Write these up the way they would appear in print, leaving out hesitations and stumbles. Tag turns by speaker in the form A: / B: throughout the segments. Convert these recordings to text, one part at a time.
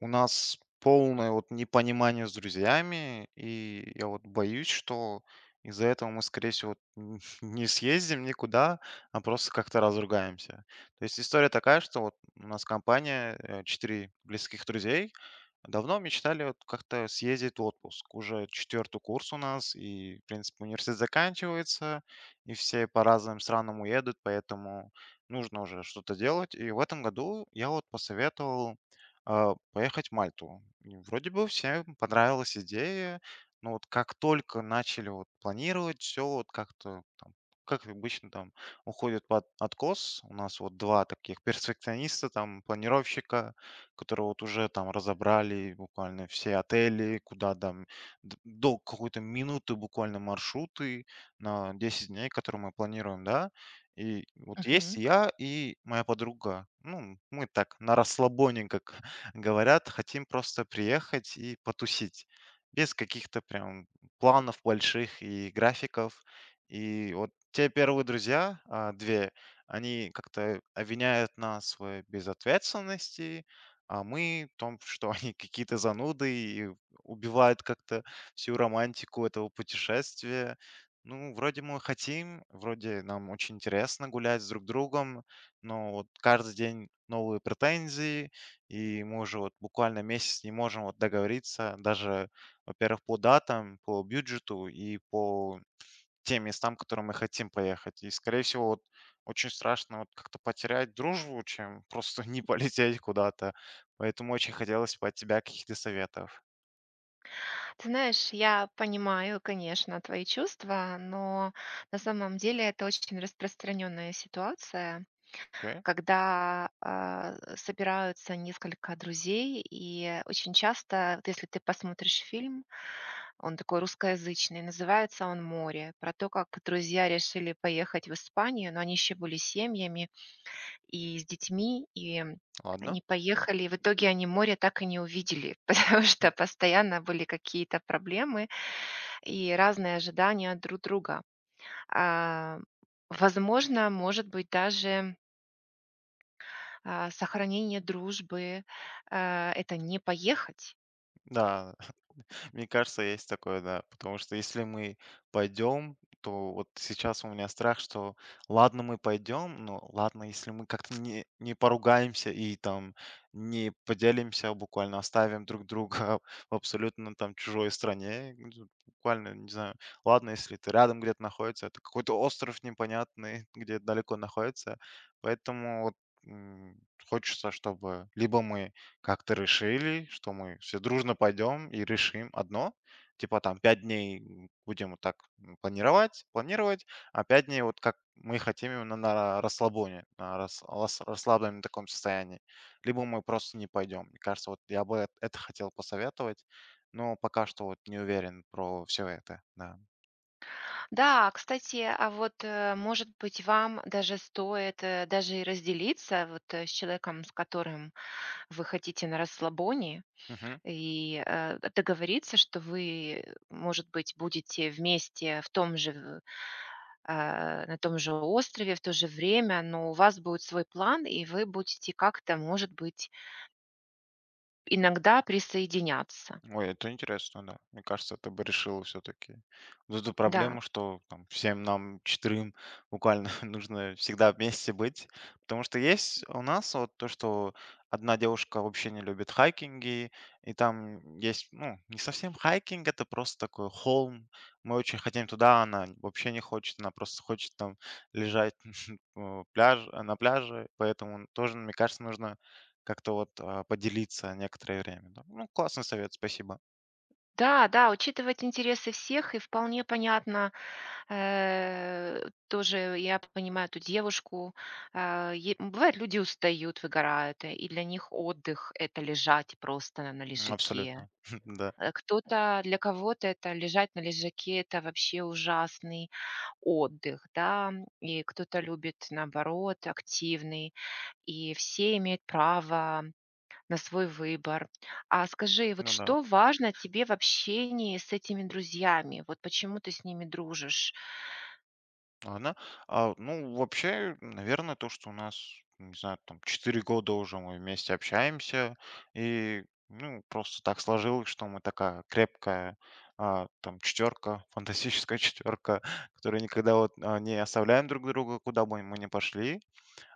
A: У нас полное вот непонимание с друзьями, и я вот боюсь, что из-за этого мы, скорее всего, не съездим никуда, а просто как-то разругаемся. То есть история такая, что вот у нас компания, 4 близких друзей, давно мечтали вот как-то съездить в отпуск. Уже 4-й курс у нас, и, в принципе, университет заканчивается, и все по разным странам уедут, поэтому нужно уже что-то делать. И в этом году я вот посоветовал поехать в Мальту. И вроде бы всем понравилась идея, но вот как только начали вот планировать, все вот как-то там как обычно там уходит под откос. У нас вот два таких перфекциониста, там планировщика, которые вот уже там разобрали буквально все отели, куда там до какой-то минуты буквально маршруты на 10 дней, которые мы планируем, да. И вот есть
B: Мгм.
A: я и моя подруга. Ну, мы так на расслабоне, как говорят, хотим просто приехать и потусить. Без каких-то прям планов больших и графиков. И вот те первые друзья, две, они как-то обвиняют нас в безответственности, а мы в том, что они какие-то зануды и убивают как-то всю романтику этого путешествия. Ну, вроде мы хотим, вроде нам очень интересно гулять с друг другом, но вот каждый день новые претензии, и мы уже вот буквально месяц не можем вот договориться даже, во-первых, по датам, по бюджету и по те местам, которые мы хотим поехать. И, скорее всего, вот очень страшно вот как-то потерять дружбу, чем просто не полететь куда-то. Поэтому очень хотелось бы от тебя каких-то советов.
B: Ты знаешь, я понимаю, конечно, твои чувства, но на самом деле это очень распространенная ситуация,
A: Окей,
B: когда собираются несколько друзей, и очень часто, вот если ты посмотришь фильм, он такой русскоязычный, называется он «Море», про то, как друзья решили поехать в Испанию, но они еще были семьями, и с детьми, и
A: ладно.
B: они поехали. В итоге они море так и не увидели, потому
A: М,
B: что постоянно были какие-то проблемы и разные ожидания друг друга. А, возможно, может быть, даже, сохранение дружбы, это не поехать.
A: Да, мне кажется, есть такое, да. Потому что если мы пойдем, то вот сейчас у меня страх, что ладно, мы пойдем, но ладно, если мы как-то не поругаемся и там не поделимся, буквально оставим друг друга в абсолютно там чужой стране, ну, буквально, не знаю, ладно, если ты рядом где-то находится, это какой-то остров непонятный, где далеко находится, поэтому м, хочется, чтобы либо мы как-то решили, что мы все дружно пойдем и решим одно. Типа там 5 дней будем вот так планировать, планировать, а 5 дней вот как мы хотим именно на расслабоне, расслабленном таком состоянии. Либо мы просто не пойдем. Мне кажется, вот я бы это хотел посоветовать, но пока что вот не уверен про все это. Да.
B: Да, кстати, а вот, может быть, вам даже стоит, даже и разделиться вот, с человеком, с которым вы хотите на расслабоне. И договориться, что вы, может быть, будете вместе в том же, на том же острове, в то же время, но у вас будет свой план, и вы будете как-то, может быть, иногда присоединяться.
A: Ой, это интересно, да. Мне кажется, это бы решило все-таки вот эту
B: Да.
A: проблему, что там всем нам 4-м буквально нужно всегда вместе быть. Потому что есть у нас вот то, что одна девушка вообще не любит хайкинги, и там есть, ну, не совсем хайкинг, это просто такой холм. Мы очень хотим туда, она вообще не хочет, она просто хочет там лежать у пляж, на пляже, поэтому тоже, мне кажется, нужно как-то вот поделиться некоторое время. Да. Ну, классный совет, спасибо.
B: Да, да, учитывать интересы всех, и вполне понятно, тоже я понимаю эту девушку. А, е бывает, люди устают, выгорают, и для них отдых — это лежать просто на лежаке.
A: Абсолютно. Да.
B: Кто-то для кого-то это лежать на лежаке — это вообще ужасный отдых, да, и кто-то любит, наоборот, активный, и все имеют право на свой выбор. А скажи, вот
A: Ну да.
B: что важно тебе в общении с этими друзьями? Вот почему ты с ними дружишь?
A: Ладно. Ну, вообще, наверное, то, что у нас, не знаю, там, 4 года уже мы вместе общаемся, и, ну, просто так сложилось, что мы такая крепкая, там, четверка, фантастическая четверка, которая никогда вот не оставляем друг друга, куда бы мы ни пошли.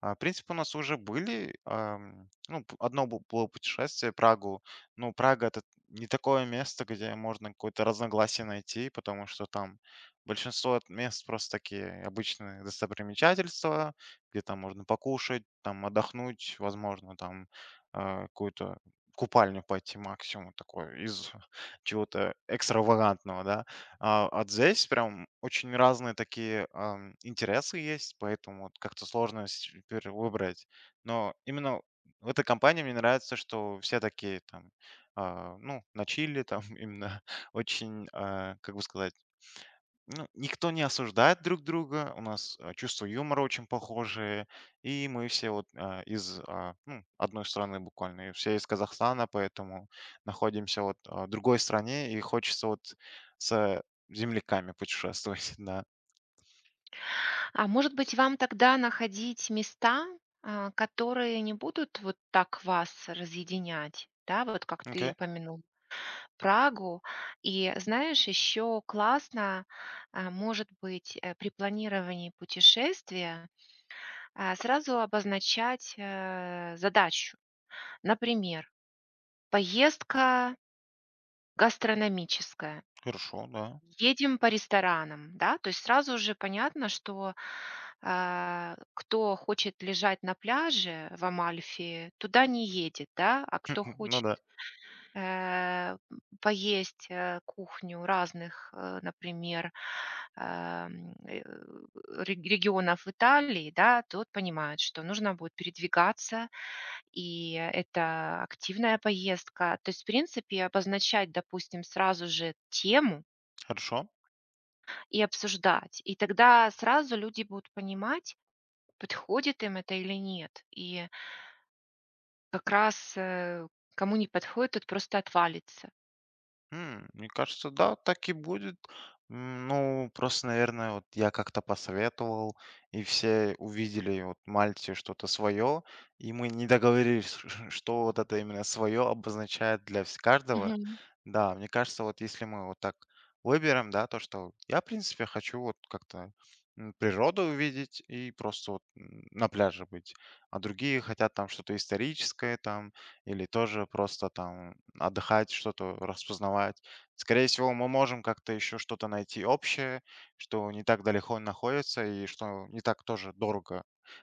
A: В принципе, у нас уже были, ну, одно было путешествие, Прагу. Ну, Прага — это не такое место, где можно какое-то разногласие найти, потому что там большинство от мест просто такие обычные достопримечательства, где там можно покушать, там отдохнуть, возможно, там какую-то купальню пойти максимум такой из чего-то экстравагантного, да. А здесь прям очень разные такие интересы есть, поэтому вот как-то сложно теперь выбрать. Но именно в этой компании мне нравится, что все такие там, ну, на чили там именно очень, как бы сказать, ну, никто не осуждает друг друга, у нас чувство юмора очень похожее, и мы все вот из ну, одной страны буквально, и все из Казахстана, поэтому находимся вот в другой стране, и хочется вот с земляками путешествовать, да.
B: А может быть, вам тогда находить места, которые не будут вот так вас разъединять, да, вот как ты
A: Окей,
B: упомянул? Прагу. И знаешь, еще классно, может быть, при планировании путешествия, сразу обозначать, задачу. Например, поездка гастрономическая.
A: хорошо, да.
B: Едем по ресторанам, да, то есть сразу же понятно, что, кто хочет лежать на пляже в Амальфи, туда не едет, да, а кто
A: Ну
B: хочет
A: да,
B: э, поесть кухню разных, например, ам, э, регионов Италии, да, тот понимает, что нужно будет передвигаться, и это активная поездка. То есть, в принципе, обозначать, допустим, сразу же тему
A: хорошо.
B: и обсуждать. И тогда сразу люди будут понимать, подходит им это или нет. И как раз кому не подходит, тот просто отвалится.
A: Мне кажется, да, так и будет. Ну, просто, наверное, вот я как-то посоветовал, и все увидели вот Мальте что-то свое, и мы не договорились, что вот это именно свое обозначает для каждого. Да, мне кажется, вот если мы вот так выберем, да, то, что я, в принципе, хочу вот как-то природу увидеть и просто вот на пляже быть, а другие хотят там что-то историческое, там, или тоже просто там отдыхать, что-то распознавать. Скорее всего, мы можем как-то еще что-то найти общее, что не так далеко находится и что не так тоже дорого.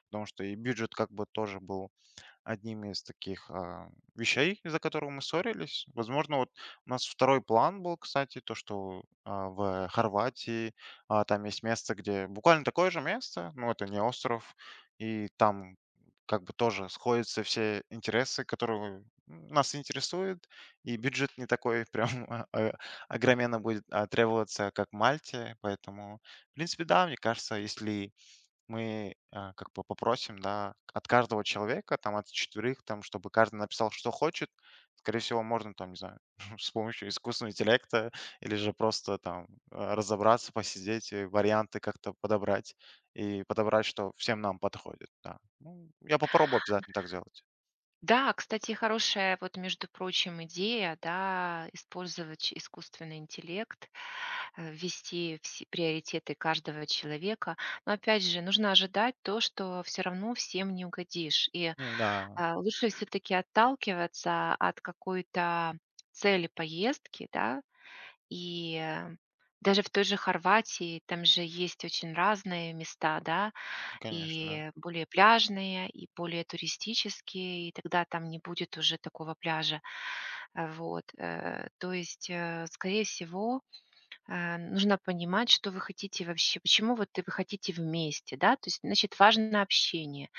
A: Потому что и бюджет как бы тоже был одним из таких вещей, из-за которого мы ссорились. Возможно, вот у нас второй план был, кстати, то, что в Хорватии там есть место, где буквально такое же место, но это не остров, и там как бы тоже сходятся все интересы, которые нас интересуют, и бюджет не такой прям огроменно будет требоваться, как Мальте, поэтому, в принципе, да, мне кажется, если мы, как бы попросим, да, от каждого человека, там, от 4-х, там, чтобы каждый написал, что хочет. Скорее всего, можно, там, не знаю, с помощью искусственного интеллекта или же просто там разобраться, посидеть, и варианты как-то подобрать, что всем нам подходит, да. Ну, я попробую обязательно так сделать.
B: Да, кстати, хорошая вот, между прочим, идея, да, использовать искусственный интеллект, ввести все приоритеты каждого человека. Но опять же, нужно ожидать то, что все равно всем не угодишь. И
A: Не, да,
B: а, лучше все-таки отталкиваться от какой-то цели поездки, да, и даже в той же Хорватии, там же есть очень разные места, да,
A: конечно.
B: и более пляжные, и более туристические, и тогда там не будет уже такого пляжа. То есть, скорее всего, нужно понимать, что вы хотите вообще, почему вот вы хотите вместе, да, то есть, значит, важно общение.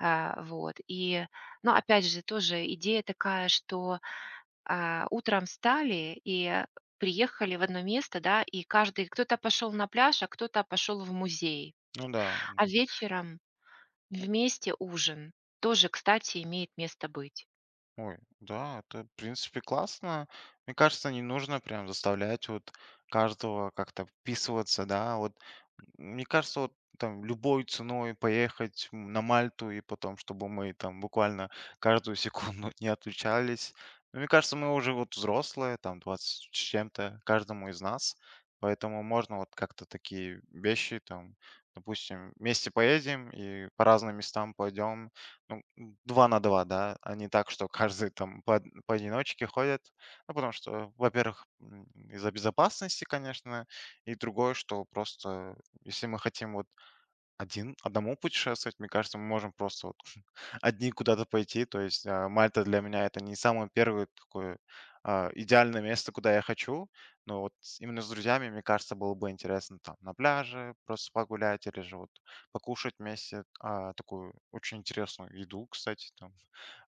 B: А вот, и, ну, опять же, тоже идея такая, что, утром встали и приехали в одно место, да, и каждый кто-то пошел на пляж, а кто-то пошел в музей,
A: Ну да.
B: а вечером вместе ужин тоже, кстати, имеет место быть.
A: Ой, да, это, в принципе, классно. Мне кажется, не нужно прям заставлять вот каждого как-то вписываться, да. Вот, мне кажется, вот там любой ценой поехать на Мальту и потом, чтобы мы там буквально каждую секунду не отлучались. Но мне кажется, мы уже вот взрослые, там 20 с чем-то каждому из нас, поэтому можно вот как-то такие вещи там, допустим, вместе поедем и по разным местам пойдем, ну, на 2, да, а не так, что каждый там по поодиночке ходит. Ну, потому что, во-первых, из-за безопасности, конечно, и другое, что просто если мы хотим вот один одному путешествовать, мне кажется, мы можем просто вот одни куда-то пойти. То есть, Мальта для меня это не самое первое такое, идеальное место, куда я хочу. Но вот с именно с друзьями, мне кажется, было бы интересно там на пляже просто погулять или же вот покушать вместе, такую очень интересную еду, кстати, там.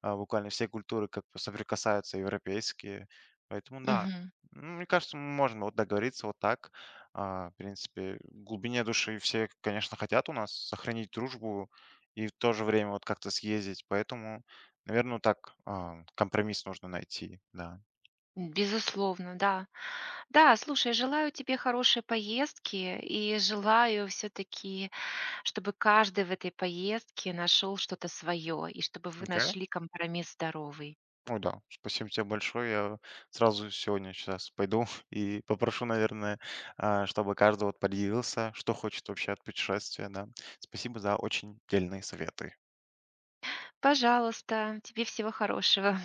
A: Буквально все культуры как бы соприкасаются, европейские. Поэтому да,
B: Мгм.
A: мне кажется, мы можем вот договориться вот так. В принципе, в глубине души все, конечно, хотят у нас сохранить дружбу и в то же время вот как-то съездить. Поэтому, наверное, так компромисс нужно найти, да.
B: Безусловно, да. Да, слушай, желаю тебе хорошей поездки и желаю все-таки, чтобы каждый в этой поездке нашел что-то свое и чтобы вы
A: Окей.
B: нашли компромисс здоровый.
A: Ой, да. Спасибо тебе большое. Я сразу сегодня сейчас пойду и попрошу, наверное, чтобы каждый вот поделился, что хочет вообще от путешествия, да. Спасибо за очень дельные советы.
B: Пожалуйста, тебе всего хорошего.